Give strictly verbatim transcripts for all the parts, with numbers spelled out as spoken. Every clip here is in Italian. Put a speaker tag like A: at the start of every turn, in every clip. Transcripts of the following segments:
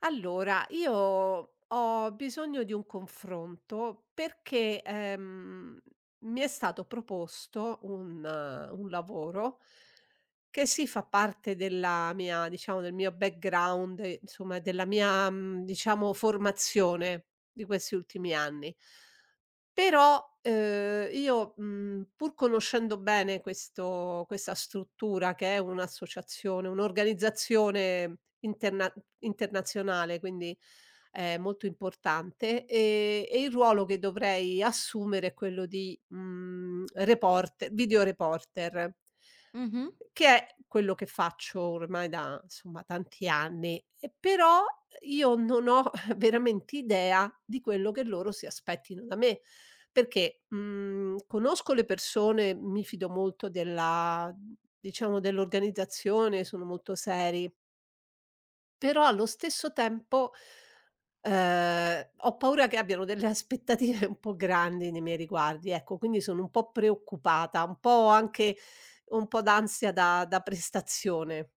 A: Allora, io ho bisogno di un confronto perché, ehm, mi è stato proposto un eh, un lavoro che sì fa parte della mia, diciamo, del mio background, eh, insomma della mia, mhmm, diciamo formazione di questi ultimi anni. Però, ehm, io, mhmm, pur conoscendo bene questo questa struttura che è un'associazione, un'organizzazione interna internazionale, quindi è molto importante, ehm, e il ruolo che dovrei assumere è quello di, mhmm, report video reporter.
B: Mh-mh.
A: Che è quello che faccio ormai da, insomma, tanti anni, e però io non ho veramente idea di quello che loro si aspettino da me, perché, mhmm, conosco le persone, mi fido molto della, diciamo, dell'organizzazione, sono molto seri. Però allo stesso tempo, ehm, ho paura che abbiano delle aspettative un po' grandi nei miei riguardi, ecco, quindi sono un po' preoccupata, un po' anche un po' d'ansia da da prestazione.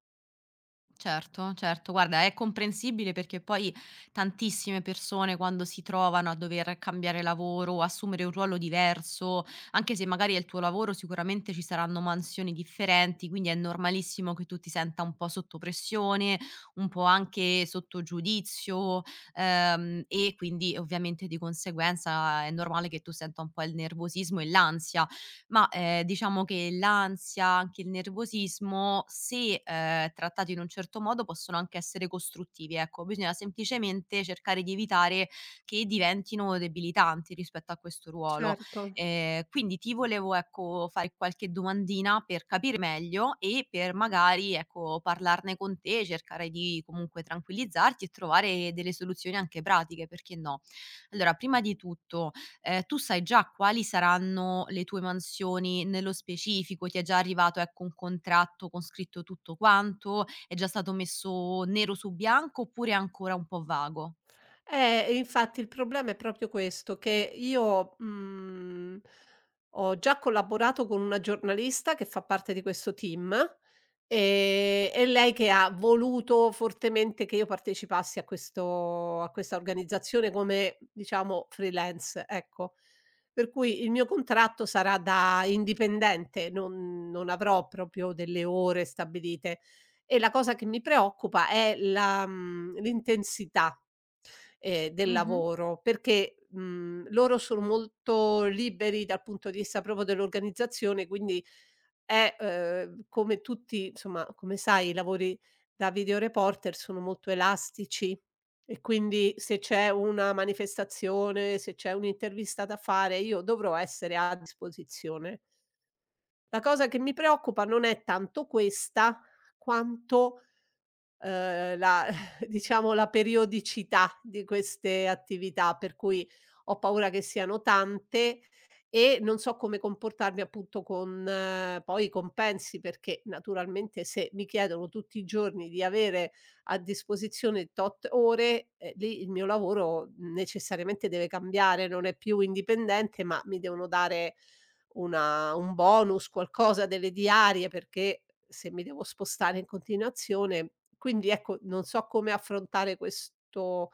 B: Certo, certo. Guarda, è comprensibile perché poi tantissime persone quando si trovano a dover cambiare lavoro o assumere un ruolo diverso, anche se magari è il tuo lavoro, sicuramente ci saranno mansioni differenti, quindi è normalissimo che tu ti senta un po' sotto pressione, un po' anche sotto giudizio, ehm, e quindi ovviamente di conseguenza è normale che tu senta un po' il nervosismo e l'ansia. ma, ehm, diciamo che l'ansia, anche il nervosismo, se, ehm, trattati in un certo modo possono anche essere costruttivi, ecco. Bisogna semplicemente cercare di evitare che diventino debilitanti rispetto a questo ruolo.
A: Certo.
B: Ehm, quindi ti volevo, ecco, fare qualche domandina per capire meglio e per magari, ecco, parlarne con te, cercare di comunque tranquillizzarti e trovare delle soluzioni anche pratiche, perché no? Allora, prima di tutto, ehm, tu sai già quali saranno le tue mansioni nello specifico? Ti è già arrivato, ecco, un contratto con scritto tutto quanto? È già stato messo nero su bianco oppure è ancora un po' vago?
A: Eh, e infatti il problema è proprio questo, che io, mhmm, ho già collaborato con una giornalista che fa parte di questo team, ehm, è lei che ha voluto fortemente che io partecipassi a questo a questa organizzazione come, diciamo, freelance, ecco. Per cui il mio contratto sarà da indipendente, non non avrò proprio delle ore stabilite. E la cosa che mi preoccupa è la, mhmm, l'intensità, ehm, del
B: Mh-mh.
A: lavoro, perché, mhmm, loro sono molto liberi dal punto di vista proprio dell'organizzazione, quindi è, uhm, come tutti, insomma, come sai, i lavori da video reporter sono molto elastici e quindi se c'è una manifestazione, se c'è un'intervista da fare, io dovrò essere a disposizione. La cosa che mi preoccupa non è tanto questa, quanto, Uhm, la diciamo la periodicità di queste attività, per cui ho paura che siano tante e non so come comportarmi appunto con, eh, poi i compensi, perché naturalmente se mi chiedono tutti i giorni di avere a disposizione tot ore, eh, lì il mio lavoro necessariamente deve cambiare, non è più indipendente, ma mi devono dare una un bonus, qualcosa delle diarie, perché se mi devo spostare in continuazione, quindi ecco, non so come affrontare questo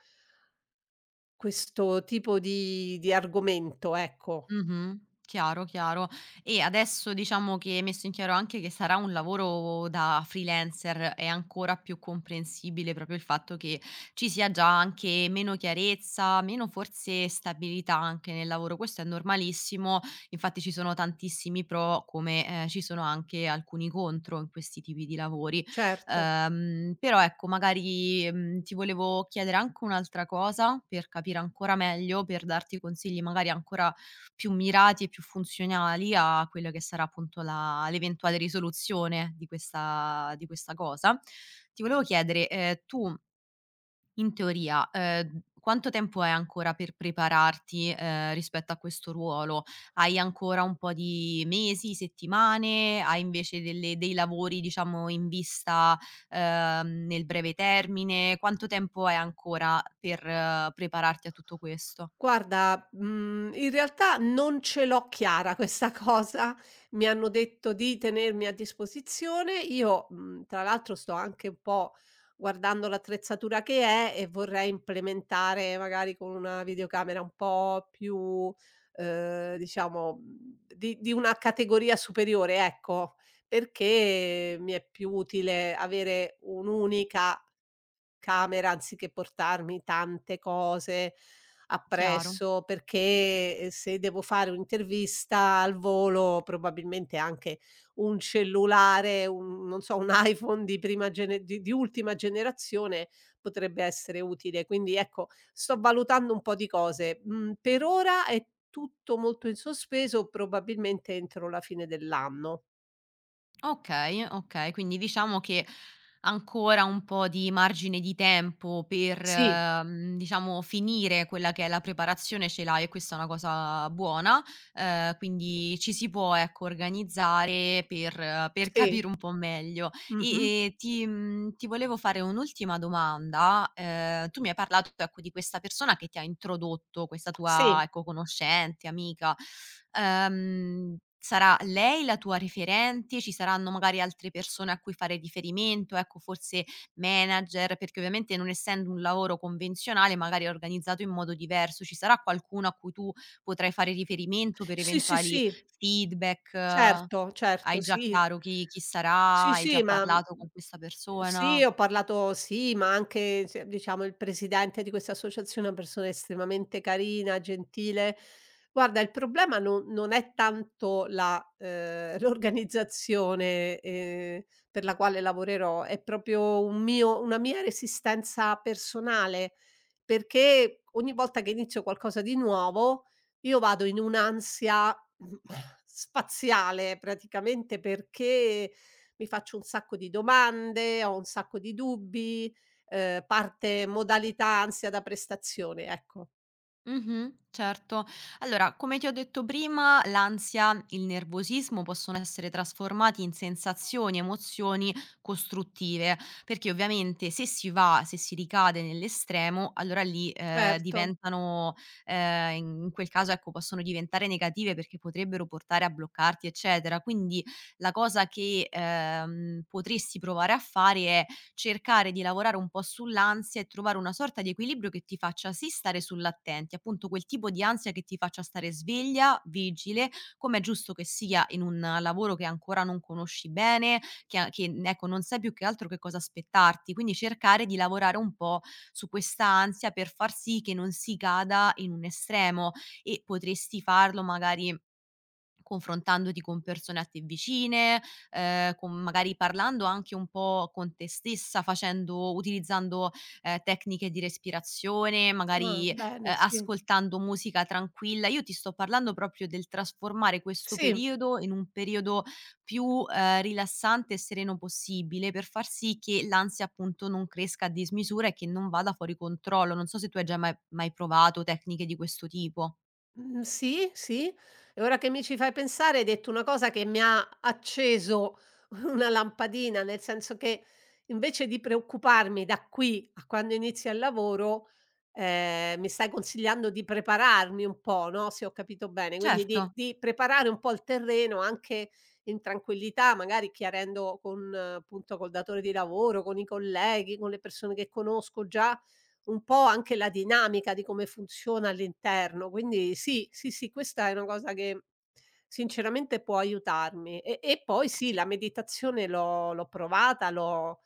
A: questo tipo di di argomento, ecco.
B: Mh-mh. Chiaro, chiaro. E adesso diciamo che hai messo in chiaro anche che sarà un lavoro da freelancer, è ancora più comprensibile proprio il fatto che ci sia già anche meno chiarezza, meno forse stabilità anche nel lavoro. Questo è normalissimo, infatti ci sono tantissimi pro come, ehm, ci sono anche alcuni contro in questi tipi di lavori.
A: Certo.
B: Ehm, però ecco magari, mhmm, ti volevo chiedere anche un'altra cosa per capire ancora meglio, per darti consigli magari ancora più mirati e più funzionali a quella che sarà appunto la l'eventuale risoluzione di questa di questa cosa. Ti volevo chiedere, ehm, tu in teoria, ehm, quanto tempo hai ancora per prepararti, ehm, rispetto a questo ruolo? Hai ancora un po' di mesi, settimane? Hai invece delle dei lavori diciamo in vista, ehm, nel breve termine? Quanto tempo hai ancora per eh, prepararti a tutto questo?
A: Guarda, mhmm, in realtà non ce l'ho chiara questa cosa. Mi hanno detto di tenermi a disposizione. Io, mhmm, tra l'altro sto anche un po' guardando l'attrezzatura che è, e vorrei implementare magari con una videocamera un po' più, ehm, diciamo, mhmm, di di una categoria superiore, ecco, perché mi è più utile avere un'unica camera anziché portarmi tante cose
B: Chiaro.
A: appresso, perché, ehm, se devo fare un'intervista al volo, probabilmente anche un cellulare, un, non so, un iPhone di prima gene di di ultima generazione potrebbe essere utile. Quindi ecco, sto valutando un po' di cose. Mhmm, per ora è tutto molto in sospeso, probabilmente entro la fine dell'anno.
B: Okay, okay. Quindi diciamo che ancora un po' di margine di tempo per,
A: Sì,
B: mhmm, diciamo finire quella che è la preparazione ce l'hai e questa è una cosa buona, ehm, quindi ci si può, ecco, organizzare per per
A: sì,
B: capire un po' meglio. E,
A: mh-mh.
B: ehm, ti mhmm, ti volevo fare un'ultima domanda. Ehm, tu mi hai parlato, ecco, di questa persona che ti ha introdotto, questa tua,
A: Sì.
B: ecco, conoscente, amica. Ehm, sarà lei la tua referente? Ci saranno magari altre persone a cui fare riferimento, ecco, forse manager? Perché ovviamente non essendo un lavoro convenzionale, magari è organizzato in modo diverso, ci sarà qualcuno a cui tu potrai fare riferimento per
A: Sì, sì,
B: eventuali
A: sì.
B: feedback?
A: Certo,
B: Hai
A: certo,
B: già
A: sì.
B: chiaro chi chi sarà?
A: Sì,
B: Hai già
A: sì, ma,
B: parlato con
A: mhmm,
B: questa
A: sì,
B: persona?
A: ho parlato, sì, ma anche se, diciamo, il presidente di questa associazione è una persona estremamente carina, gentile. Guarda, il problema no non è tanto la, ehm, l'organizzazione, ehm, per la quale lavorerò, è proprio un mio una mia resistenza personale, perché ogni volta che inizio qualcosa di nuovo, io vado in un'ansia Mh, spaziale praticamente, perché mi faccio un sacco di domande, ho un sacco di dubbi, ehm, parte modalità ansia da prestazione, ecco.
B: Mh-mh, certo. Allora, come ti ho detto prima, l'ansia, il nervosismo possono essere trasformati in sensazioni, emozioni costruttive, perché ovviamente se si va se si ricade nell'estremo, allora lì, ehm,
A: Certo.
B: diventano, ehm, in in quel caso, ecco, possono diventare negative perché potrebbero portare a bloccarti, eccetera. Quindi la cosa che, ehm, potresti provare a fare è cercare di lavorare un po' sull'ansia e trovare una sorta di equilibrio che ti faccia sì stare sull'attenti, appunto quel tipo di ansia che ti faccia stare sveglia, vigile, com'è giusto che sia in un lavoro che ancora non conosci bene, che a che, ecco, non sai più che altro che cosa aspettarti. Quindi cercare di lavorare un po' su questa ansia per far sì che non si cada in un estremo e potresti farlo magari Confrontandoti con persone a te vicine, ehm, con magari parlando anche un po' con te stessa, facendo utilizzando, ehm, tecniche di respirazione,
A: Ah,
B: magari, ehm,
A: bene, sì.
B: ascoltando musica tranquilla. Io ti sto parlando proprio del trasformare questo
A: Sì.
B: periodo in un periodo più, ehm, rilassante e sereno possibile, per far sì che l'ansia, appunto, non cresca a dismisura e che non vada fuori controllo. Non so se tu hai già mai mai provato tecniche di questo tipo.
A: Mhmm, sì, sì. E ora che mi ci fai pensare, hai detto una cosa che mi ha acceso una lampadina, nel senso che invece di preoccuparmi da qui a quando inizia il lavoro, ehm, mi stai consigliando di prepararmi un po', no, se ho capito bene, quindi
B: Certo.
A: di di preparare un po' il terreno anche in tranquillità, magari chiarendo con, eh, appunto, col datore di lavoro, con i colleghi, con le persone che conosco già, un po' anche la dinamica di come funziona all'interno, quindi sì, sì, sì, questa è una cosa che sinceramente può aiutarmi. E e poi sì,
B: Sì.
A: la meditazione l'ho l'ho provata, l'ho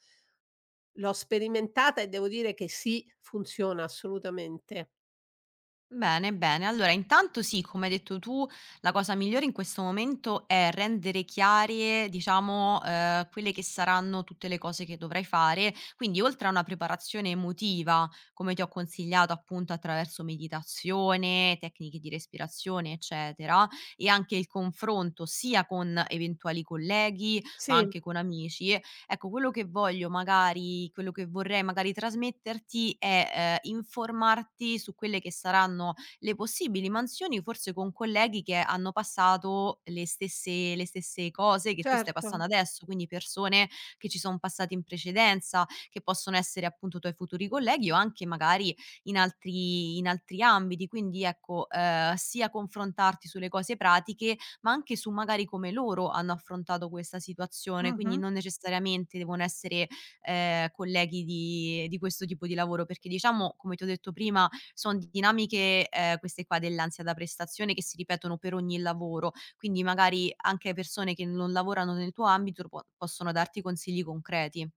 A: l'ho sperimentata e devo dire che sì, funziona assolutamente.
B: Bene, bene. Allora, intanto sì, come hai detto tu, la cosa migliore in questo momento è rendere chiare, diciamo, eh, quelle che saranno tutte le cose che dovrai fare. Quindi, oltre a una preparazione emotiva, come ti ho consigliato appunto attraverso meditazione, tecniche di respirazione, eccetera, e anche il confronto sia con eventuali colleghi, ma
A: Sì,
B: anche con amici, Ecco, quello che voglio magari quello che vorrei magari trasmetterti è, ehm, informarti su quelle che saranno le possibili mansioni, forse con colleghi che hanno passato le stesse le stesse cose che tu stai passando
A: certo.
B: adesso, quindi persone che ci son passate in precedenza, che possono essere appunto tuoi futuri colleghi o anche magari in altri in altri ambiti. Quindi ecco, ehm, sia confrontarti sulle cose pratiche ma anche su magari come loro hanno affrontato questa situazione, quindi
A: Mh-mh.
B: non necessariamente devono essere, ehm, colleghi di di questo tipo di lavoro, perché diciamo, come ti ho detto prima, son dinamiche, ehm, queste qua dell'ansia da prestazione che si ripetono per ogni lavoro, quindi magari anche persone che non lavorano nel tuo ambito po possono darti consigli concreti.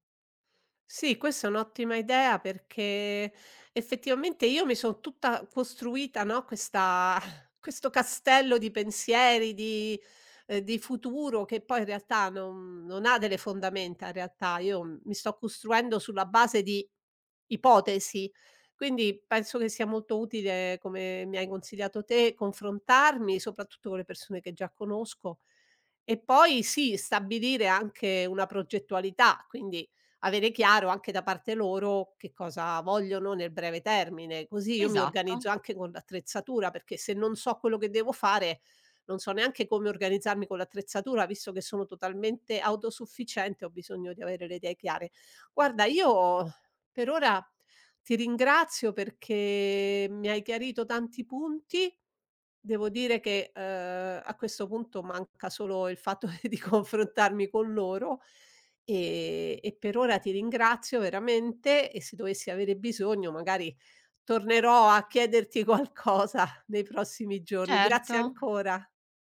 A: Sì, questa è un'ottima idea, perché effettivamente io mi son tutta costruita, no, questa questo castello di pensieri, di, ehm, di futuro, che poi in realtà non non ha delle fondamenta in realtà. Io mi sto costruendo sulla base di ipotesi, quindi penso che sia molto utile, come mi hai consigliato te, confrontarmi, soprattutto con le persone che già conosco e poi sì, stabilire anche una progettualità, quindi avere chiaro anche da parte loro che cosa vogliono nel breve termine. Così io mi
B: Esatto,
A: organizzo anche con l'attrezzatura, perché se non so quello che devo fare, non so neanche come organizzarmi con l'attrezzatura, visto che sono totalmente autosufficiente, ho bisogno di avere le idee chiare. Guarda, io per ora ti ringrazio perché mi hai chiarito tanti punti. Devo dire che, ehm, a questo punto manca solo il fatto di confrontarmi con loro. Ehm, e per ora ti ringrazio veramente e se dovessi avere bisogno magari tornerò a chiederti qualcosa nei prossimi giorni.
B: certo.
A: Grazie ancora.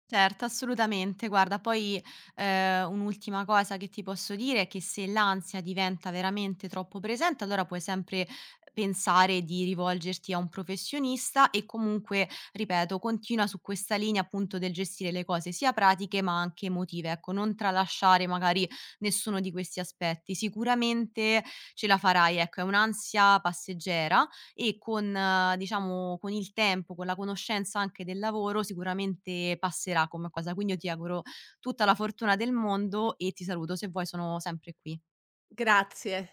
B: Certo, assolutamente. Guarda, poi, ehm, un'ultima cosa che ti posso dire è che se l'ansia diventa veramente troppo presente, allora puoi sempre pensare di rivolgerti a un professionista e comunque, ripeto, continua su questa linea appunto del gestire le cose sia pratiche ma anche emotive, ecco, non tralasciare magari nessuno di questi aspetti. Sicuramente ce la farai, ecco, è un'ansia passeggera e con, ehm, diciamo, con il tempo, con la conoscenza anche del lavoro sicuramente passerà come cosa. Quindi io ti auguro tutta la fortuna del mondo e ti saluto. Se vuoi sono sempre qui.
A: Grazie.